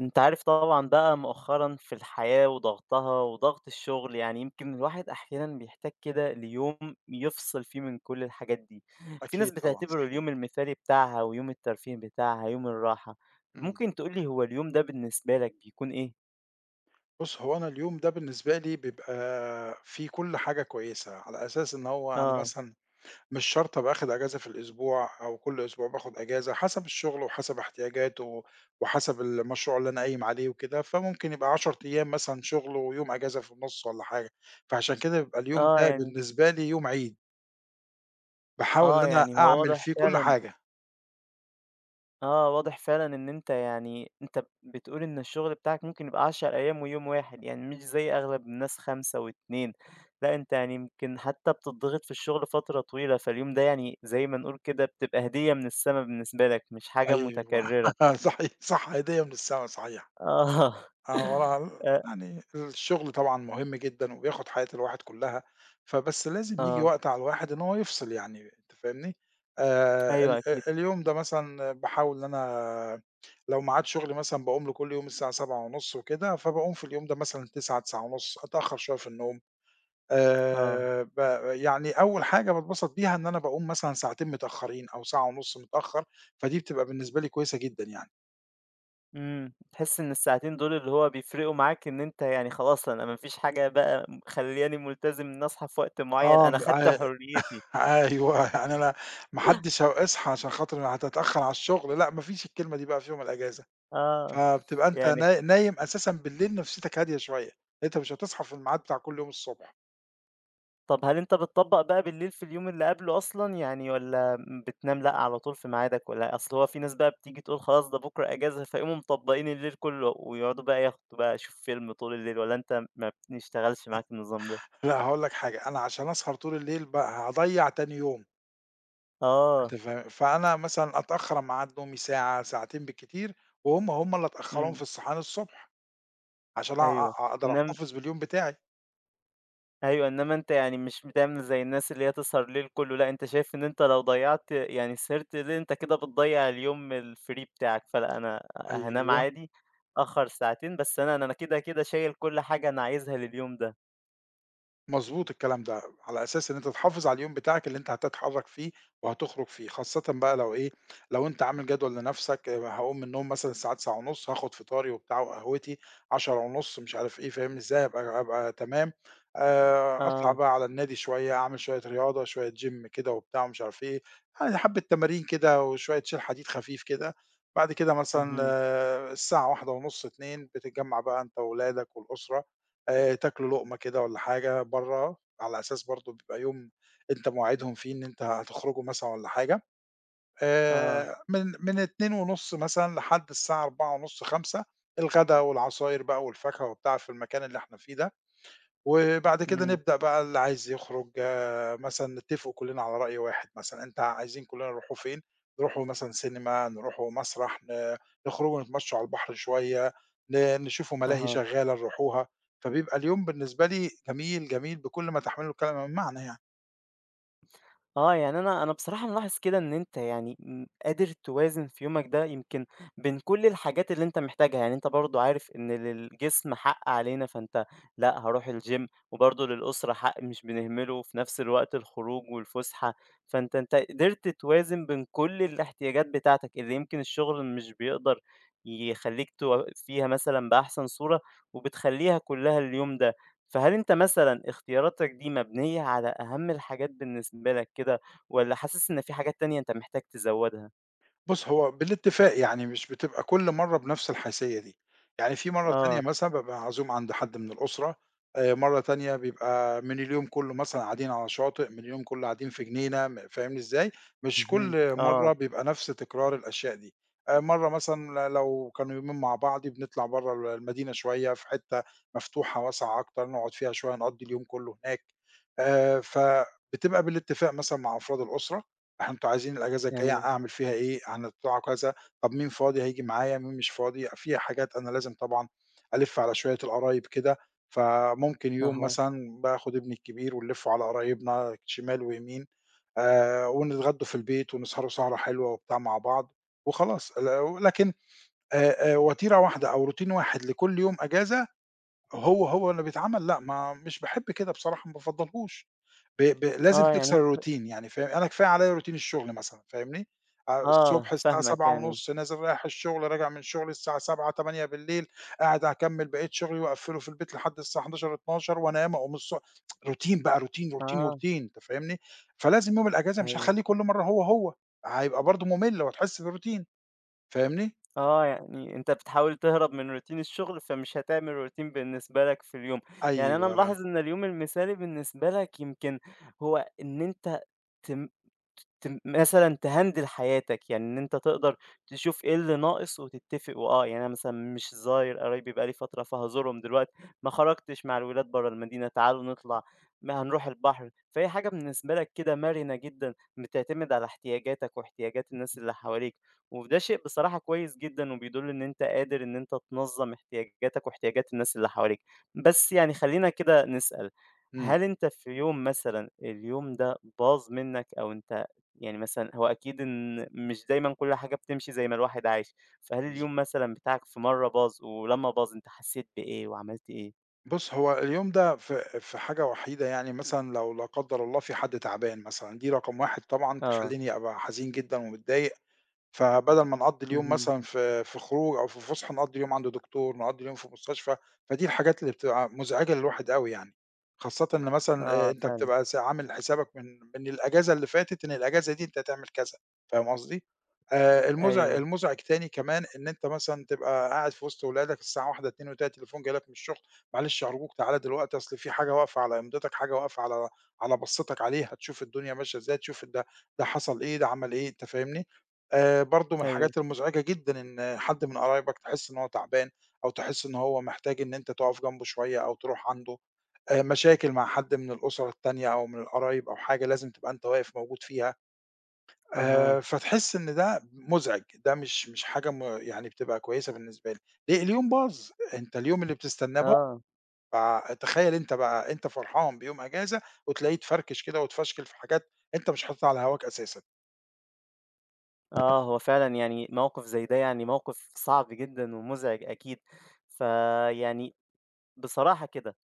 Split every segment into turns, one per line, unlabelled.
أنت عارف طبعًا بقى مؤخرًا في الحياة وضغطها وضغط الشغل، يعني يمكن الواحد أحيانًا بيحتاج كده ليوم يفصل فيه من كل الحاجات دي. في ناس
أكيد طبعًا
بتعتبره اليوم
صحيح.
المثالي بتاعها ويوم الترفيه بتاعها، يوم الراحة.
إمم.
ممكن تقول لي هو اليوم ده بالنسبة لك بيكون إيه؟
بُص، هو أنا اليوم ده بالنسبة لي بيبقى فيه كل حاجة كويسة، على أساس إن هو أنا
آه،
مثلًا مش شرط أبقى آخد أجازة في الأسبوع أو كل أسبوع باخد أجازة، حسب الشغل وحسب احتياجاته وحسب المشروع اللي أنا قايم عليه وكده، فممكن يبقى 10 أيام مثلًا شغل ويوم أجازة في النُص والّا حاجة، فعشان كده بيبقى اليوم
آه
ده
يعني
بالنسبة لي يوم عيد، باحاول
آه
إن أنا
يعني هو
أعمل
واضح
فيه كل
فعلًا
حاجة.
آه، واضح فعلًا إن أنت بتقول إن الشغل بتاعك ممكن يبقى 10 أيام ويوم واحد، يعني مش زي أغلب الناس 5 و2، لأ أنت يعني يمكن حتى بتضغط في الشغل فترة طويلة، فاليوم ده يعني زي ما نقول كده بتبقى هدية من السما بالنسبة لك، مش حاجة
أيوه،
متكررة.
صحيح، صح، هدية من السما صحيح.
آه،
آه، وراها ال
آآ
يعني الشغل طبعًا مهم جدًا وبياخد حياة الواحد كلّها، فبس لازم ييجي
آه،
وقت على الواحد إن هو يفصل، يعني أنت فاهمني؟
أيوه
ال
أكيد،
أ اليوم ده مثلًا باحاول إن أنا لو ميعاد شغلي مثلًا باقوم له كل يوم الساعة 07:30 وكده، فباقوم في اليوم ده مثلًا 09:00، 09:30، أتأخّر شوية في النوم،
آه،
ب يعني أول حاجة باتبسط بيها إن أنا باقوم مثلًا ساعتين متأخّرين أو ساعة ونُص متأخّر، فدي بتبقى بالنسبة لي كويسة جدًا يعني.
إمم، تحس إن الساعتين دول اللي هو بيفرقوا معاك إن أنت يعني خلاص أنا ما فيش حاجة بقى مخلّياني ملتزم إني أصحى في وقت معين،
آه،
أنا
م
خدت حريتي.
أيوه، يعني أنا ما حدّش هو اصحى عشان خاطر أنا هتتأخّر على الشغل، لأ ما فيش الكلمة دي بقى في يوم الأجازة،
آه،
فبتبقى أنت
يعني
نايم أساسًا بالليل نفسيتك هادية شوية، أنت مش هتصحى في الميعاد بتاع كل يوم الصبح،
طب هل أنت بتطبّق بقى بالليل في اليوم اللي قبله أصلًا يعني والّا بتنام لأ، على طول في ميعادك والّا أصل هو في ناس بقى بتيجي تقول خلاص ده بكرة إجازة فيقوموا مطبّقين الليل كله ويقعدوا بقى ياخدوا بقى شوف فيلم طول الليل والّا أنت ما بنشتغلش معاك النظام ده؟
لأ هاقول لك حاجة، أنا عشان أسهر طول الليل بقى هاضيّع تاني يوم، أنت
آه،
فاهم؟ فأنا مثلًا أتأخّر عن ميعاد نومي ساعة، ساعتين بالكتير، وهُم، هُم اللي أتأخّرهم
إمم،
في الصحيان الصبح، عشان أ أ
أيوه.
أقدر
إنما
أحتفظ باليوم بتاعي.
أيوه، إنما أنت يعني مش بتعمل زي الناس اللي هي تسهر الليل كلّه، لأ أنت شايف إن أنت لو ضيّعت يعني سهرت ليل أنت كده بتضيّع اليوم الfree بتاعك، فلأ أنا هانام
أيوه.
عادي، أتأخّر ساعتين بس أنا كده، كده شايل كل حاجة أنا عايزها لليوم ده.
مضبوط الكلام ده، على أساس إن أنت تحافظ على اليوم بتاعك اللي أنت هتتحرّك فيه وهتخرج فيه، خاصةً بقى لو إيه، لو أنت عامل جدول لنَفْسك، هاقوم من النوم مثلًا الساعة 09:30 هاخُد فطاري وبتاع وقهوتي، 10:30 مش عارف إيه فاهمني إزاي، أبقى تمام، أطلع
آه،
بقى على النادي شوية، أعمل شوية رياضة، شوية gym كده وبتاع ومش عارف إيه، يعني حبّة تمارين كده وشوية شيل حديد خفيف كده. بعد كده مثلًا
اهم،
آه، الساعة 13:30، 14:00 بتتجمّع بقى أنت وولادك والأسرة، تاكلوا لقمة كده والّا حاجة برّه، على أساس برضه بيبقى يوم أنت مواعيدهم فيه إن أنت هتخرجوا مثلًا والّا حاجة،
آه،
من 14:30 مثلًا لحد الساعة 16:30، 17:00 الغدا والعصاير بقى والفاكهة وبتاع في المكان اللي إحنا فيه ده. وبعد كده
إمم،
نبدأ بقى اللي عايز يخرج، مثلًا نتفقوا كلنا على رأي واحد مثلًا، أنت عايزين كلنا نروحوا فين؟ نروحوا مثلًا سينما، نروحوا مسرح، نخرجوا نتمشوا على البحر شوية، نشوفوا ملاهي
أها.
شغالة نروحوها، فبيبقى اليوم بالنسبة لي جميل، جميل بكل ما تحمله الكلمة من معنى يعني.
آه، يعني أنا بصراحة ملاحظ كده إن أنت يعني م قادر توازن في يومك ده يمكن بين كل الحاجات اللي أنت محتاجها، يعني أنت برضه عارف إن للجسم حق علينا فأنت لأ، هاروح الgym وبرضه للأسرة حق مش بنهمله، وفي نفس الوقت الخروج والفسحة، فأنت قدرت توازن بين كل الاحتياجات بتاعتك اللي يمكن الشغل مش بيقدر يخلّيك توفّيها مثلًا بأحسن صورة، وبتخلّيها كلها اليوم ده. فهل أنت مثلًا اختياراتك دي مبنية على أهم الحاجات بالنسبة لك كده، والّا حاسس إن في حاجات تانية أنت محتاج تزوّدها؟
بُص، هو بالاتفاق، يعني مش بتبقى كل مرّة بنفْس الحيثية دي، يعني في مرّة تانية
آه،
مثلًا بابقى عزوم عند حد من الأسرة، مرّة تانية بيبقى من اليوم كُلّه مثلًا قاعدين على شاطئ، من اليوم كُلّه قاعدين في جنينة، فاهمني إزاي؟ مش
اهم،
كل
آه،
مرّة بيبقى نفْس تكرار الأشياء دي، مرّة مثلًا لو كانوا يومين مع بعض بنطلع برّه المدينة شوية في حتّة مفتوحة واسعة أكتر، نقعد فيها شوية، نقضّي اليوم كُلّه هناك، فبتبقى بالاتفاق مثلًا مع أفراد الأسرة، إحنا أنتم عايزين الأجازة الجاية
أيوه،
أعمل فيها إيه، هنطلعوا كذا، طَب مين فاضي هييجي معايا، مين مش فاضي، في حاجات أنا لازم طبعًا ألِف على شوية القرايب كده، فممكن يوم
أها،
مثلًا باخد ابني الكبير ونلِفّه على قرايبنا شمال ويمين، ونتغدوا في البيت ونسهروا سهرة حلوة وبتاع مع بعض وخلاص. لكن وتيرة واحدة أو روتين واحد لكل يوم أجازة هو اللي بيتعمل، لأ، ما مش باحب كده بصراحة، ما بافضّلهوش. ب ب لازم
آه
تكسر
يعني
الروتين يعني فاهم، أنا كفاية عليّا روتين الشغل مثلًا فاهمني،
آه،
الصبح الساعة
فاهمك يعني،
7:30 نازل رايح الشغل، راجع من شغلي الساعة 19:00، 20:00، قاعد هاكمّل بقية شغلي وأقفّله في البيت لحد الساعة 23:00، 00:00 وأنام أقوم روتين بقى، روتين، روتين،
آه،
روتين، أنت فاهمني، فلازم يوم الأجازة مش
أيوه،
هاخلّيه كل مرّة هو، هيبقى برضه مُمِل وهتحس بالروتين فاهمني،
آه يعني أنت بتحاول تهرب من routine الشغل، فمش هتعمل routine بالنسبة لك في اليوم، يعني أنا
أيوه،
ملاحظ إن اليوم المثالي بالنسبة لك يمكن هو إن أنت تم تم مثلًا تهندل حياتك، يعني إن أنت تقدر تشوف إيه اللي ناقص وتتفق وآه، يعني أنا مثلًا مش زاير قرايبي بقى لي فترة فهازورهم دلوقتي، ما خرجتش مع الولاد برّه المدينة، تعالوا نطلع، ما هنروح البحر، فهي حاجة بالنسبة لك كده مرنة جدًا، بتعتمد على احتياجاتك وإحتياجات الناس اللي حواليك، وده شيء بصراحة كويس جدًا وبيدل إن أنت قادر إن أنت تنظم احتياجاتك واحتياجات الناس اللي حواليك. بس يعني خلّينا كده نسأل،
إمم،
هل أنت في يوم مثلًا اليوم ده باظ منك أو أنت يعني مثلًا هو أكيد إن مش دايمًا كل حاجة بتمشي زي ما الواحد عايش، فهل اليوم
مضبوط.
مثلًا بتاعك في مرّة باظ، ولمّا باظ أنت حسيت بإيه وعملت إيه؟
بُص، هو اليوم ده في حاجة وحيدة يعني مثلًا لو لا قدّر الله في حد تعبان مثلًا، دي رقم 1 طبعًا
آه،
تخلّيني أبقى حزين جدًا ومتضايق، فبدل ما نقضّي اليوم
اهم،
مثلًا في خروج أو في فُسحة، نقضّي اليوم عند دكتور، نقضّي اليوم في مستشفى، فدي الحاجات اللي بتبقى مزعجة للواحد أوي يعني، خاصةً إن مثلًا
آه
أنت
فعلًا،
بتبقى عامل حسابك من الأجازة اللي فاتت إن الأجازة دي أنت هتعمل كذا، فاهم قصدي؟
أيوه،
المُزعج تاني كمان إن أنت مثلًا تبقى قاعد في وسط ولادك الساعة 13:00، 14:00 تلاقي تليفون جاي لك من الشغل، "معلش أرجوك تعالَ دلوقتي أصل في حاجة واقفة على إمضتك، حاجة واقفة على على بصّتك عليها، تشوف الدنيا ماشية إزاي، تشوف ده ده حصل إيه، ده عمل إيه." أنت فاهمني؟ برضه من
أيوه،
الحاجات المُزعجة جدًا إن حد من قرايبك تحس إن هو تعبان أو تحس إن هو محتاج إن أنت تُقف جنبه شوية أو تروح عنده، مشاكل مع حد من الأُسَر التانية أو من القرايب أو حاجة لازم تبقى أنت واقف موجود فيها،
أها،
فتحس إن ده مُزعج، ده مش حاجة يعني بتبقى كويسة بالنسبة لي، ليه اليوم باظ، أنت اليوم اللي بتستناه باظ،
آه،
فتخيّل أنت بقى أنت فرحان بيوم أجازة وتلاقيه اتفركش كده واتفشكل في حاجات أنت مش حاططها على هواك أساسًا،
آه هو فعلًا يعني موقف زي ده يعني موقف صعب جدًا ومزعج أكيد، فيعني بصراحة كده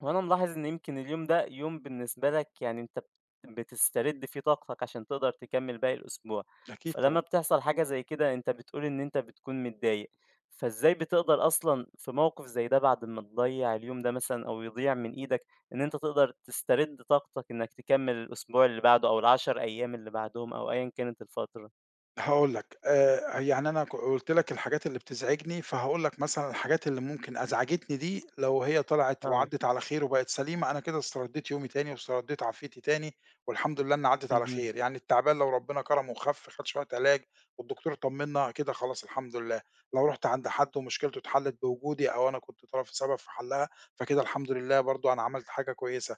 وأنا ملاحظ إن يمكن اليوم ده يوم بالنسبة لك يعني أنت بتسترد فيه طاقتك عشان تقدر تكمل باقي الأسبوع،
أكيد
فلما
طبعًا.
بتحصل حاجة زي كده أنت بتقول إن أنت بتكون متضايق، فإزاي بتقدر أصلًا في موقف زي ده بعد ما تضيّع اليوم ده مثلًا أو يضيع من إيدك، إن أنت تقدر تسترد طاقتك إنك تكمل الأسبوع اللي بعده أو ال10 أيام اللي بعدهم أو أيًا كانت الفترة؟
هاقول لك، يعني أنا قُلت لك الحاجات اللي بتزعجني، فهاقول لك مثلًا الحاجات اللي ممكن أزعجتني دي لو هي طلعت
آه،
وعدِّت على خير وبقت سليمة، أنا كده استرديت يومي تاني واسترديت عافيتي تاني، والحمد لله إن عدِّت على
اهم،
خير، يعني التعبان لو ربنا كرمه وخَف، خد شوية علاج والدكتور طمنا، كده خلاص الحمد لله، لو رُحت عند حد ومشكلته اتحلت بوجودي أو أنا كنت طرف سبب في حلّها، فكده الحمد لله برضه أنا عملت حاجة كويسة.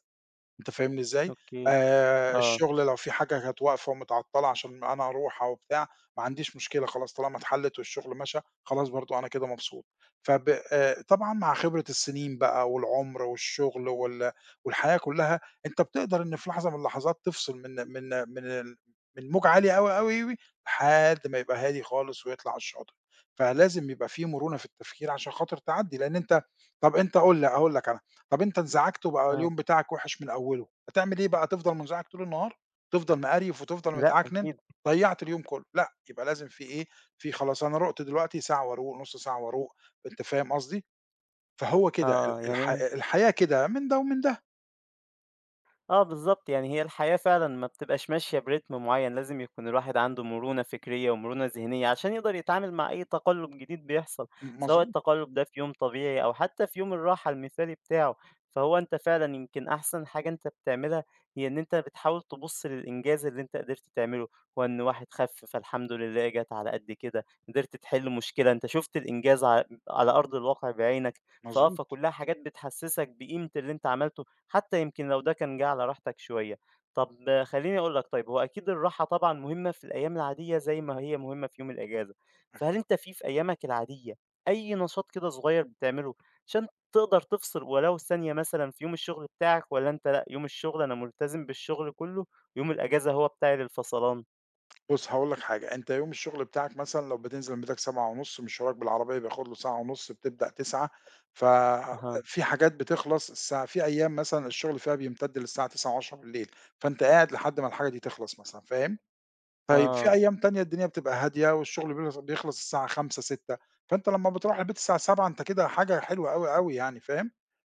أنت فاهمني إزاي؟
أوكي، آه،
الشغل لو في حاجة كانت واقفة ومتعطّلة عشان أنا أروح أو بتاع، ما عنديش مشكلة خلاص طالما اتحلّت والشغل مشى، خلاص برضه أنا كده مبسوط. فب طبعًا مع خبرة السنين بقى والعُمر والشغل والحياة كُلّها، أنت بتقدر إن في لحظة من اللحظات تفصل من موج عالي أوي، أوي، أوي، لحد ما يبقى هادي خالص ويطلع على الشاطئ. فلازم يبقى في مرونة في التفكير عشان خاطر تعدّي، لإن أنت، طَب أنت قُل لي هاقول لك أنا، طب أنت انزعجت وبقى
آه،
اليوم بتاعك وِحِش من أوّله، هتعمل إيه بقى، هتفضل منزعج طول النهار، تفضل مقريف وتفضل
لأ
متعكنن،
أكيد،
ضيّعت اليوم كلّه، لأ، يبقى لازم في إيه، في خلاص أنا رُقت دلوقتي ساعة وأروق، نُص ساعة وأروق، أنت فاهم قصدي؟ فهو كده
آه،
ال الح
يعني
الحياة كده من ده ومن ده،
آه بالضبط، يعني هي الحياة فعلًا ما بتبقاش ماشية برتم معيّن، لازم يكون الواحد عنده مرونة فكرية ومرونة ذهنية عشان يقدر يتعامل مع أي تقلُّب جديد بيحصل، سواء
مضبوط،
التقلُّب ده في يوم طبيعي أو حتى في يوم الراحة المثالي بتاعه. فهو أنت فعلًا يمكن أحسن حاجة أنت بتعملها هي إن أنت بتحاول تبُص للإنجاز اللي أنت قدرت تعمله، هو إن واحد خَف فالحمد لله جات على قد كده، قدرت تحِل مشكلة، أنت شُفت الإنجاز على أرض الواقع بعينك، فآه،
مضبوط،
فكلّها حاجات بتحسّسك بقيمة اللي أنت عملته. حتى يمكن لو ده كان جه على راحتك شوية. طَب آه، خلّيني أقول لك طيب، هو أكيد الراحة طبعًا مهمة في الأيام العادية زي ما هي مهمة في يوم الإجازة، فهل
أكيد.
أنت في أيامك العادية أي نشاط كده صغير بتعمله عشان تقدر تفصل ولو ثانية مثلًا في يوم الشغل بتاعك والّا أنت لأ، يوم الشغل أنا ملتزم بالشغل كُلّه، يوم الإجازة هو بتاعي للفصلان؟
بُص، هاقول لك حاجة، أنت يوم الشغل بتاعك مثلًا لو بتنزل من بيتك 07:30، مشوارك بالعربية بياخد له ساعة ونُص، بتبدأ 09:00،
أها،
ففي حاجات بتخلص الساعة في أيام مثلًا الشغل فيها بيمتد للساعة 21:00، 22:00 فأنت قاعد لحد ما الحاجة دي تخلص مثلًا، فاهم؟ طيب في
آه،
أيام تانية الدنيا بتبقى هادية والشغل بيخلص الساعة 17:00، 18:00 فأنت لمّا بتروح البيت الساعة 19:00 أنت كده حاجة حلوة أوي، أوي يعني فاهم؟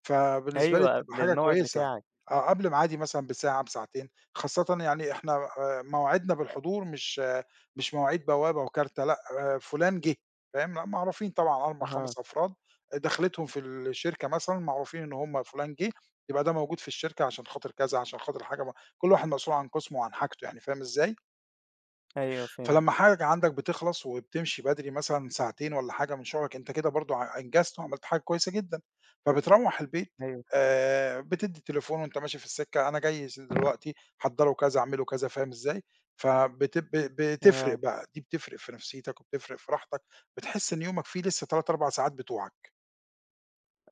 فبالنسبة لي
أيوه،
بتبقى
قبل
حاجة
الموعد
كويسة،
بتاعك.
آه، قبل ميعادي مثلًا بساعة، بساعتين، خاصةً يعني إحنا مواعيدنا بالحضور مش آه، مش مواعيد بوابة وكارتة، لأ، آه، فلان جه فاهم؟ لأ، معروفين طبعًا 4،
أها،
5 أفراد دخلتهم في الشركة مثلًا معروفين إن هم فلان جه يبقى ده موجود في الشركة عشان خاطر كذا، عشان خاطر حاجة كل واحد مسؤول عن قسمه وعن حاجته يعني فاهم إزاي؟
أيوه فاهم،
فلمّا حاجة عندك بتخلص وبتمشي بدري مثلًا ساعتين والّا حاجة من شغلك، أنت كده برضه أنجزت وعملت حاجة كويسة جدًا، فبتروّح البيت،
أيوه،
بتدّي التليفون وأنت ماشي في السكة، أنا جاي دلوقتي، حضّروا كذا، اعملوا كذا، فاهم إزاي؟ فبت ب بتفرق
آه.
بقى، دي بتفرق في نفسيتك وبتفرق في راحتك، بتحس إن يومك فيه لسه 3، 4 ساعات بتوعك.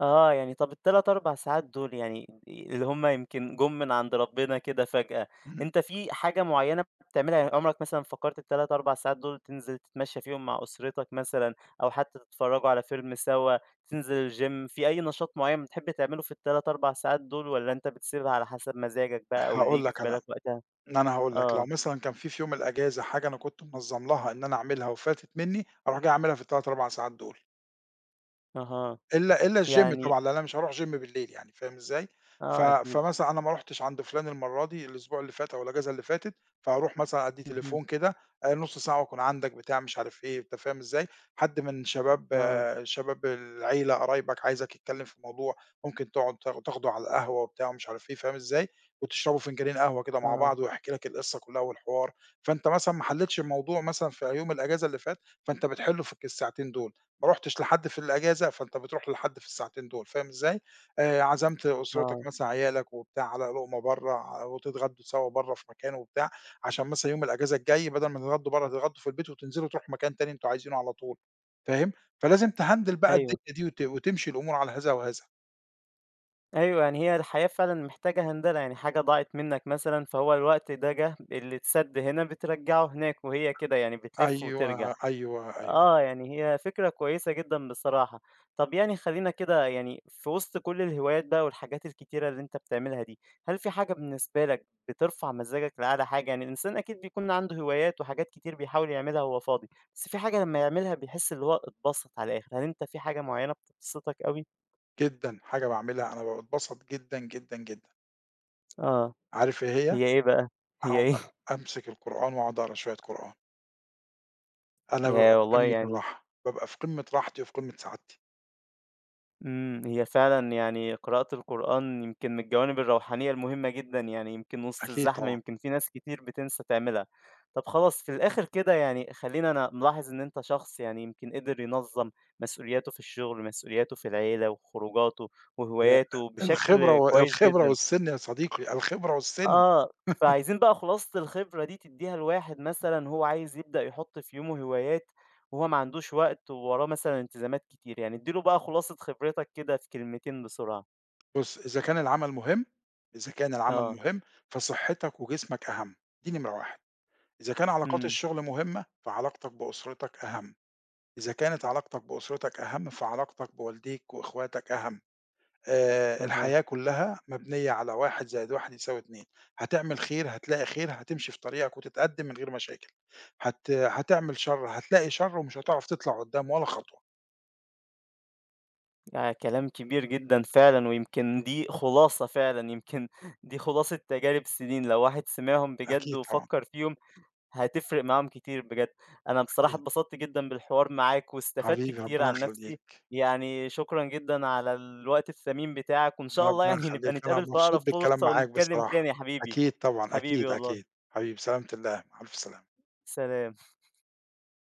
آه، يعني طَب ال3، 4 ساعات دول يعني اللي هم يمكن جُم من عند ربنا كده فجأة،
إمم،
أنت في حاجة معيّنة بتعملها؟ يعني عمرك مثلًا فكّرت ال3، 4 ساعات دول تنزل تتمشّى فيهم مع أسرتك مثلًا أو حتى تتفرّجوا على فيلم سوا، تنزل الgym، في أي نشاط معيّن بتحب تعمله في ال3، 4 ساعات دول والّا أنت بتسيبها على حسب مزاجك بقى أو اللي
هاقول
ييجي في
لك أنا،
بالك وقتها؟
أنا هاقول لك، لو
آه،
مثلًا كان في يوم الأجازة حاجة أنا كنت منظّم لها إن أنا أعملها وفاتت منّي، أروح جاي أعملها في ال3، 4 ساعات دول.
أها،
إلا الgym
يعني
طبعًا، لأن أنا مش هاروح gym بالليل يعني فاهم إزاي؟
آه أكيد،
فمثلًا أنا ما رُحتش عند فلان المرّة دي، الأسبوع اللي فات أو الأجازة اللي فاتت، فهاروح مثلًا أدّي
اهم،
تليفون كده، نُص ساعة وأكون عندك بتاع مش عارف إيه، أنت فاهم إزاي؟ حد من شباب
آه،
آه، شباب العيلة قرايبك عايزك يتكلّم في موضوع، ممكن تقعد تاخده على القهوة وبتاع ومش عارف إيه، فاهم إزاي؟ وتشربوا فنجانين قهوة كده مع
آه،
بعض ويحكي لك القصة كلّها والحوار، فأنت مثلًا ما حلّيتش الموضوع مثلًا في يوم الأجازة اللي فات، فأنت بتحلّه في الساعتين دول. ما رُحتش لحد في الأجازة، فأنت بتروح لحد في الساعتين دول، فاهم إزاي؟ عزمت أسرتك
آه،
مثلًا عيالك وبتاع على لقمة برّه وتتغدوا سوا برّه في مكان وبتاع، عشان مثلًا يوم الأجازة الجاي بدل ما تتغدوا برّه تتغدوا في البيت وتنزلوا تروحوا مكان تاني أنتم عايزينه على طول، فاهم؟ فلازم تهندل بقى
أيوه.
الدنيا دي وتمشي الأمور على هذا وهذا.
أيوه، يعني هي الحياة فعلًا محتاجة هندلة، يعني حاجة ضاعت منّك مثلًا فهو الوقت ده جه، اللي اتسَد هنا بترجّعه هناك وهي كده يعني بتلِف وترجع.
أيوه، أيوه، أيوه،
آه، يعني هي فكرة كويسة جدًا بصراحة. طَب يعني خلّينا كده يعني في وسط كل الهوايات بقى والحاجات الكتيرة اللي أنت بتعملها دي، هل في حاجة بالنسبة لك بترفع مزاجك لأعلى حاجة؟ يعني الإنسان أكيد بيكون عنده هوايات وحاجات كتير بيحاول يعملها وهو فاضي، بس في حاجة لمّا يعملها بيحس اللي هو اتبسط على الآخِر، هل أنت في حاجة معيّنة بتبسطك أوي؟
جدًا، حاجة باعملها أنا باتبسط جدًا، جدًا، جدًا.
آه،
عارف إيه هي؟
هي إيه بقى؟ هي
أقعد
إيه؟
أمسك القرآن وأقعد أقرا شوية قرآن. أنا
ياه!
بابقى في
والله
قمة
يعني
الراحة، بابقى في قمة راحتي وفي قمة سعادتي،
هي فعلًا يعني قراءة القرآن يمكن من الجوانب الروحانية المهمة جدًا، يعني يمكن وسط
أكيد
الزحمة
طبعًا،
يمكن في ناس كتير بتنسى تعملها. طب خلاص في الآخر كده يعني خلّينا أنا ملاحظ إن أنت شخص يعني يمكن قدر ينظّم مسؤولياته في الشغل، مسؤولياته في العيلة وخروجاته
لأ،
وهواياته بشكل كويس
الخبرة
جدًا.
والسِن يا صديقي، الخبرة والسِن.
آه، فعايزين بقى خلاصة الخبرة دي تدّيها لواحد مثلًا هو عايز يبدأ يحُط في يومه هوايات وهو ما عندوش وقت ووراه مثلًا التزامات كتير، يعني ادّي له بقى خلاصة خبرتك كده في كلمتين بسرعة.
بُص، إذا كان العمل مهم إذا كان العمل
آه،
مهم فصحتك وجسمك أهم، دي نمرة 1. إذا كان علاقات
إمم،
الشغل مهمة فعلاقتك بأسرتك أهم، إذا كانت علاقتك بأسرتك أهم فعلاقتك بوالديك وإخواتك أهم.
أها،
الحياة كلّها مبنية على 1+1=2، هتعمل خير هتلاقي خير، هتمشي في طريقك وتتقدّم من غير مشاكل، هتعمل شر هتلاقي شر ومش هتعرف تطلع قدّام ولا خطوة،
آه، كلام كبير جدًا فعلًا ويمكن دي خلاصة فعلًا، يمكن دي خلاصة تجارب سنين، لو واحد سمعهم بجد
أكيد طبعًا،
وفكّر فيهم هتفرق معاهم كتير بجد. أنا بصراحة
أكيد،
اتبسطت جدًا بالحوار معاك، واستفدت
حبيبي
كتير
ربنا
عن نفسي،
يخلّيك،
يعني شكرًا جدًا على الوقت الثمين بتاعك، وإن شاء الله
ربنا
يعني نبقى
يخلّيك، أنا
نتقابل في أقرب
مبسوط بالكلام
فرصة
معاك
ونتكلم
بصراحة،
تاني يا حبيبي.
أكيد طبعًا،
حبيبي
أكيد،
والله،
أكيد، حبيبي، سلامة الله، مع ألف سلامة.
سلام.